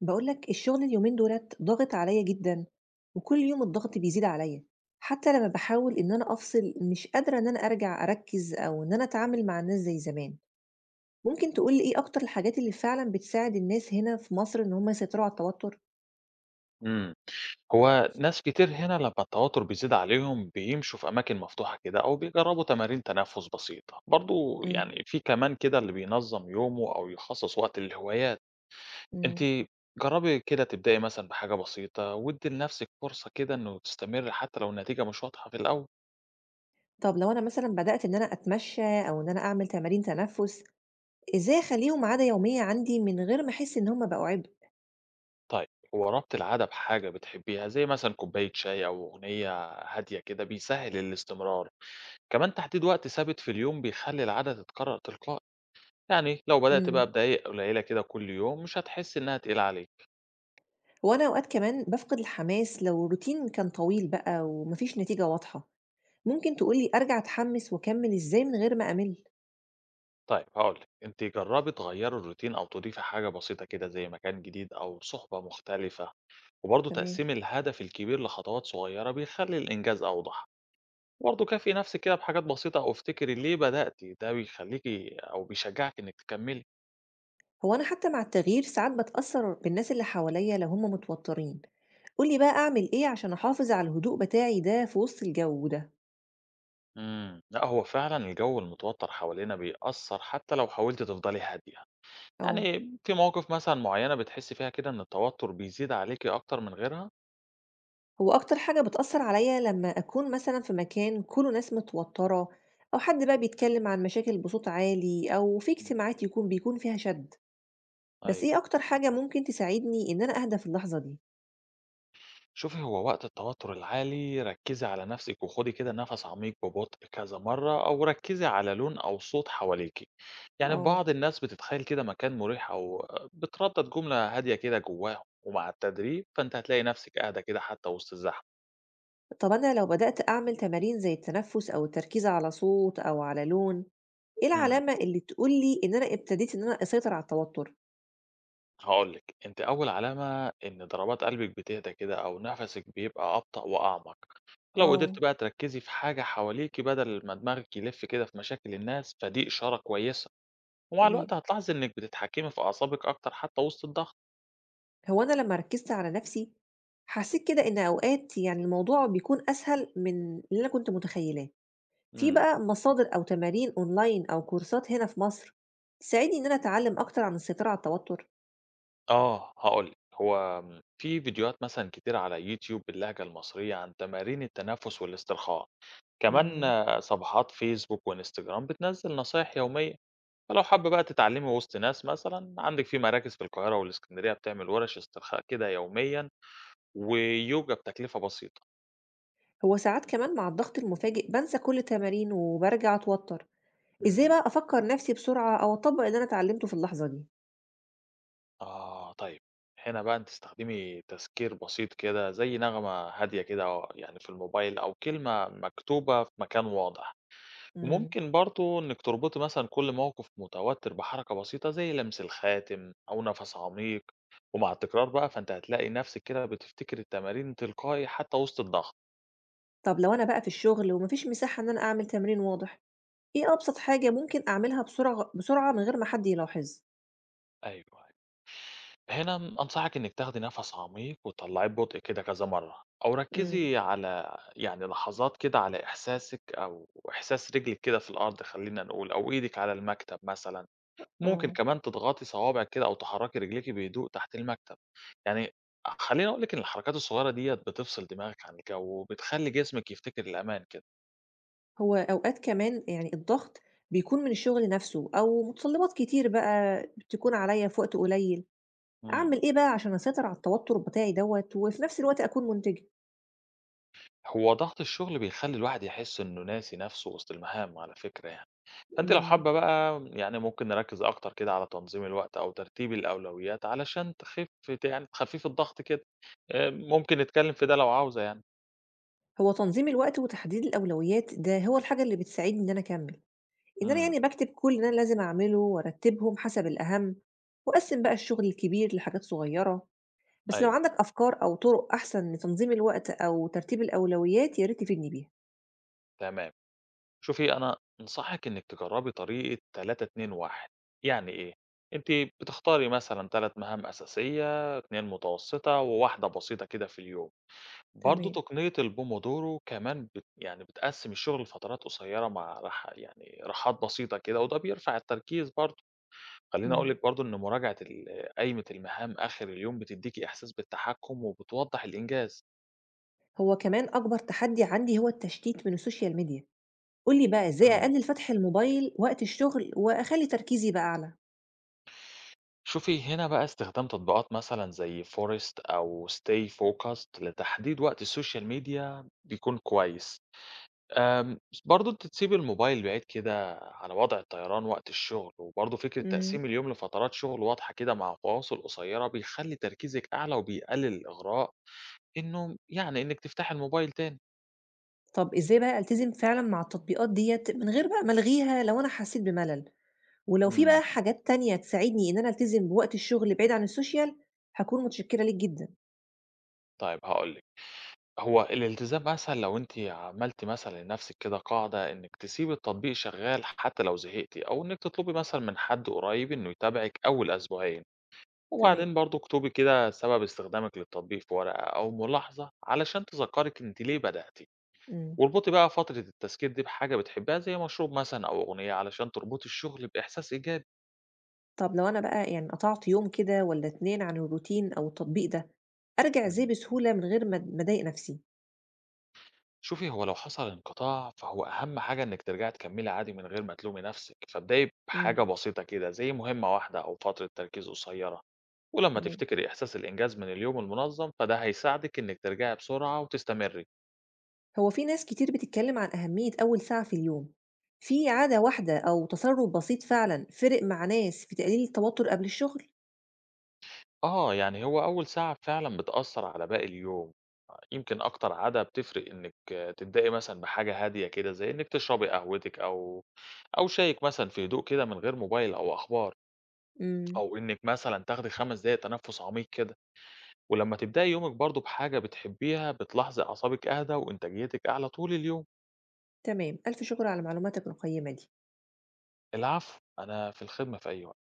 بقولك الشغل اليومين دولت ضاغط عليا جدا، وكل يوم الضغط بيزيد عليا. حتى لما بحاول ان انا افصل مش قادرة ان انا ارجع اركز او ان انا اتعامل مع الناس زي زمان. ممكن تقولي ايه اكتر الحاجات اللي فعلا بتساعد الناس هنا في مصر ان هم يسيطروا على التوتر؟ إمم. هو ناس كتير هنا لمّا التوتر بيزيد عليهم بيمشوا في أماكن مفتوحة كده أو بيجرّبوا تمارين تنفُّس بسيطة، برضه مم. يعني في كمان كده اللي بينظّم يومه أو يخصّص وقت للهوايات، أنتِ مم. جرّبي كده تبدئي مثلًا بحاجة بسيطة وادّي لنَفْسِك فرصة كده إنه تستمري حتى لو النتيجة مش واضحة في الأول. طب لو انا مثلا بدأت ان انا اتمشى او ان انا اعمل تمارين تنفس، ازاي اخليهم عادة يومية عندي من غير ما احس ان هم بقوا عبء؟ طيب هو ربط العادة بحاجة بتحبيها زي مثلًا كوباية شاي أو أغنية هادية كده بيسهّل الاستمرار، كمان تحديد وقت ثابت في اليوم بيخلّي العادة تتكرّر تلقائي. يعني لو بدأت بقى مم. بدقايق قليلة كده كل يوم مش هتحس إنها تقيلة عليك. وانا اوقات كمان بفقد الحماس لو الروتين كان طويل بقى ومفيش نتيجة واضحة. ممكن تقول لي أرجع أتحمّس وأكمّل إزاي من غير ما أمِل؟ طيب هقولك أنت جربي تغيري الروتين أو تضيفي حاجة بسيطة كده زي مكان جديد أو صحبة مختلفة، وبرضه تمام. تقسيم الهدف الكبير لخطوات صغيرة بيخلي الإنجاز أوضح. برضه كافي نفسك كده بحاجات بسيطة أو افتكري ليه بدأتي، ده بيخليكي أو بيشجعك إنك تكملي. هو أنا حتّى مع التغيير ساعات باتأثّر بالناس اللي حواليّا لو هم متوتّرين. قُل لي بقى أعمل إيه عشان أحافظ على الهدوء بتاعي ده في وسط الجَو ده؟ لا، هو فعلا الجو المتوتر حوالينا بيأثر حتى لو حاولت تفضلي هادية. آه. يعني في مواقف مثلا معينة بتحسي فيها كده إن التوتر بيزيد عليكي أكتر من غيرها؟ هو أكتر حاجة بتأثّر عليّا لمّا أكون مثلًا في مكان كُلّه ناس متوتّرة، أو حد بقى بيتكلّم عن مشاكل بصوت عالي، أو في إمم. اجتماعات يكون فيها شَد. بس أيوه. إيه أكتر حاجة ممكن تساعدني إن أنا أهدى في اللحظة دي؟ شوفي، هو وقت التوتر العالي ركّزي على نَفْسِك وخُدي كده نَفَس عميق ببطء كذا مرّة، أو ركّزي على لون أو صوت حواليكِ. يعني آه. بعض الناس بتتخيّل كده مكان مُريح، أو بتردّد جملة هادية كده جواهم، ومع التدريب فأنتِ هتلاقي نَفْسِك أهدى كده حتّى وسط الزحمة. طب أنا لو بدأت أعمل تمارين زي التنفس أو التركيز على صوت أو على لون، إيه إمم. العلامة اللي تقول لي إن أنا ابتديت إن أنا أسيطر على التوتر؟ هاقول لِك، أنتِ أول علامة إن ضربات قلبِك بتهدى كده أو نَفَسِك بيبقى أبطأ وأعمق. لو قدرتِ آه. بقى تركّزي في حاجة حواليكِ بدل ما دماغِك يلِف كده في مشاكل الناس، فدي إشارة كويسة. ومع تمام، الوقت هتلاحظي إنِّك بتتحكمي في أعصابِك أكتر حتى وسط الضغط. هو أنا لما ركزت على نفسي حسيت كده إن أوقات يعني الموضوع بيكون أسهل من اللي أنا كنت متخيلاه. في إمم. بقى مصادر أو تمارين أونلاين أو كورسات هنا في مصر تساعدني إن أنا أتعلم أكتر عن السيطرة على التوتر؟ آه، هاقول لِك، هو في فيديوهات مثلًا كتيرة على يوتيوب باللهجة المصرية عن تمارين التنفس والاسترخاء، كمان مم. صفحات فيسبوك وإنستجرام بتنزّل نصايح يومية، فلو حابة بقى تتعلمي وسط ناس مثلًا، عندِك في مراكز في القاهرة والإسكندرية بتعمل ورش استرخاء كده يوميًا، ويوجا بتكلفة بسيطة. هو ساعات كمان مع الضغط المفاجئ بنسى كل التمارين وبرجع أتوتر. إزاي إمم. بقى أفكّر نَفْسي بسرعة أو أطبّق اللي أنا اتعلّمته في اللحظة دي؟ آه، طيب. هنا بقى أنتِ تستخدمي تذكير بسيط كده، زي نغمة هادية كده، أو يعني في الموبايل، أو كلمة مكتوبة في مكان واضح. إمم. وممكن برضه إنِّك تربطي مثلًا كل موقف متوتر بحركة بسيطة زي لمس الخاتم أو نفس عميق، ومع التكرار بقى فأنتِ هتلاقي نفسِك كده بتفتكري التمارين تلقائي حتى وسط الضغط. طَب لو أنا بقى في الشغل وما فيش مساحة إن أنا أعمل تمرين واضح، إيه أبسط حاجة ممكن أعملها بسرعة من غير ما حد يلاحظ؟ أيوه. هنا أنصحك إنك تاخدي نفس عميق وتطلعيه ببطء كده كذا مرة، أو إمم. ركزي على يعني لحظات كده، على إحساسك أو إحساس رجلك كده في الأرض، خلينا نقول، أو إيدك على المكتب مثلا. ممكن آه. كمان تضغطي صوابعك كده أو تحركي رجليكي بهدوء تحت المكتب. يعني خليني أقول لك إن الحركات الصغيرة ديت بتفصل دماغك عن الجو وبتخلي جسمك يفتكر الأمان كده. هو أوقات كمان يعني الضغط بيكون من الشغل نَفْسه أو متطلّبات كتير بقى بتكون عليّا في وقت قليّل. امم أعمل إيه بقى عشان أسيطر على التوتُّر بتاعي دوّة وفي نَفْس الوقت أكون مُنتِجة؟ هو ضغط الشغل بيخلي الواحد يحس إنه ناسي نفسه وسط المهام، على فكرة يعني. فأنتِ لو إمم. حابة بقى يعني ممكن نركّز أكتر كده على تنظيم الوقت أو ترتيب الأولويات علشان تخِفّ، يعني تخفّفي الضغط كده، ممكن نتكلّم في ده لو عاوزة يعني. هو تنظيم الوقت وتحديد الأولويات ده هو الحاجة اللي بتساعدني إن أنا أكمّل. إن أنا إمم، يعني باكتب كل اللي أنا لازم أعمله وأرتّبهم حسب الأهم وأقسّم بقى الشغل الكبير لحاجات صغيرة، بس لو أيوه، عندك أفكار أو طُرق أحسن لتنظيم الوقت أو ترتيب الأولويات يا ريت تفيدني بيها. تمام. شوفي، أنا أنصحِك إنِّك تجرّبي طريقة 3، 2، 1. يعني إيه؟ أنتِ بتختاري مثلًا 3 مهام أساسية، 2 متوسّطة، و1 بسيطة كده في اليوم. برضه تمام. تقنية الPomodoro كمان يعني بتقسّم الشغل لفترات قصيّرة مع راحة، يعني راحات بسيطة كده، وده بيرفع التركيز برضه. خلّيني أقول إمم. لِك برضه إن مراجعة قايمة المهام آخر اليوم بتدّيكِ إحساس بالتحكُّم وبتوضّح الإنجاز. هو كمان أكبر تحدي عندي هو التشتيت من السوشيال ميديا، قُل لي بقى إزاي إمم. أقلِّل فتح الموبايل وقت الشغل وأخلّي تركيزي بقى أعلى؟ شوفي، هنا بقى استخدام تطبيقات مثلًا زي Forest أو Stay Focused لتحديد وقت السوشيال ميديا بيكون كويس. آمم، برضه أنتِ تسيبي الموبايل بعيد كده على وضع الطيران وقت الشغل، وبرضه فكرة إمم. تقسيم اليوم لفترات شغل واضحة كده مع فواصل قصيرة بيخلّي تركيزِك أعلى وبيقلل الإغراء إنه يعني إنِّك تفتحي الموبايل تاني. طَب إزاي بقى ألتزم فعلًا مع التطبيقات ديّة من غير بقى ما ألغيها لو أنا حسّيت بملل؟ ولو في إمم. بقى حاجات تانية تساعدني إن أنا ألتزم بوقت الشغل بعيد عن السوشيال، هاكون متشكرة ليك جدًا. طيب هاقول لِك، هو الالتزام أسهل لو أنتِ عملتِ مثلًا لنفسِك كده قاعدة إنِّك تسيبي التطبيق شغال حتى لو زهقتِ، أو إنِّك تطلبي مثلًا من حد قريب إنه يتابعِك أول أسبوعين، تمام. وبعدين برضه اكتبي كده سبب استخدامِك للتطبيق في ورقة أو ملاحظة علشان تذكّرِك أنتِ ليه بدأتِ، إمم. واربطي بقى فترة التذكير دي بحاجة بتحبيها زي مشروب مثلًا أو أغنية علشان تربطي الشغل بإحساس إيجابي. طب لو أنا بقى يعني قطعت يوم كده والّا 2 عن الروتين أو التطبيق ده، أرجع إزاي إمم. بسهولة من غير ما أضايق نفسي؟ شوفي، هو لو حصل انقطاع، فهو أهم حاجة إنِّك ترجعي تكمّلي عادي من غير ما تلومي نَفْسِك، فابدئي بحاجة إمم، بسيطة كده، زي مهمة واحدة أو فترة تركيز قصيّرة، ولمّا تمام. تفتكري إحساس الإنجاز من اليوم المنظّم، فده هيساعدِك إنِّك ترجعي بسرعة وتستمري. هو في ناس كتير بتتكلم عن أهمية أول ساعة في اليوم، في عادة واحدة أو تصرُّف بسيط فعلًا فرق مع ناس في تقليل التوتر قبل الشغل؟ آه، يعني هو أول ساعة فعلًا بتأثّر على باقي اليوم، يمكن أكتر عادة بتفرق إنِّك تبدئي مثلًا بحاجة هادية كده، زي إنِّك تشربي قهوتِك، أو شايك مثلًا في هدوء كده من غير موبايل أو أخبار، إمم. أو إنِّك مثلًا تاخدي 5 دقايق تنفُّس عميق كده. ولمّا تبدئي يومِك برضه بحاجة بتحبيها، بتلاحظي أعصابِك أهدى وإنتاجيتِك أعلى طول اليوم. تمام، ألف شكر على معلوماتك القيّمة دي. العفو، أنا في الخدمة في أي وقت.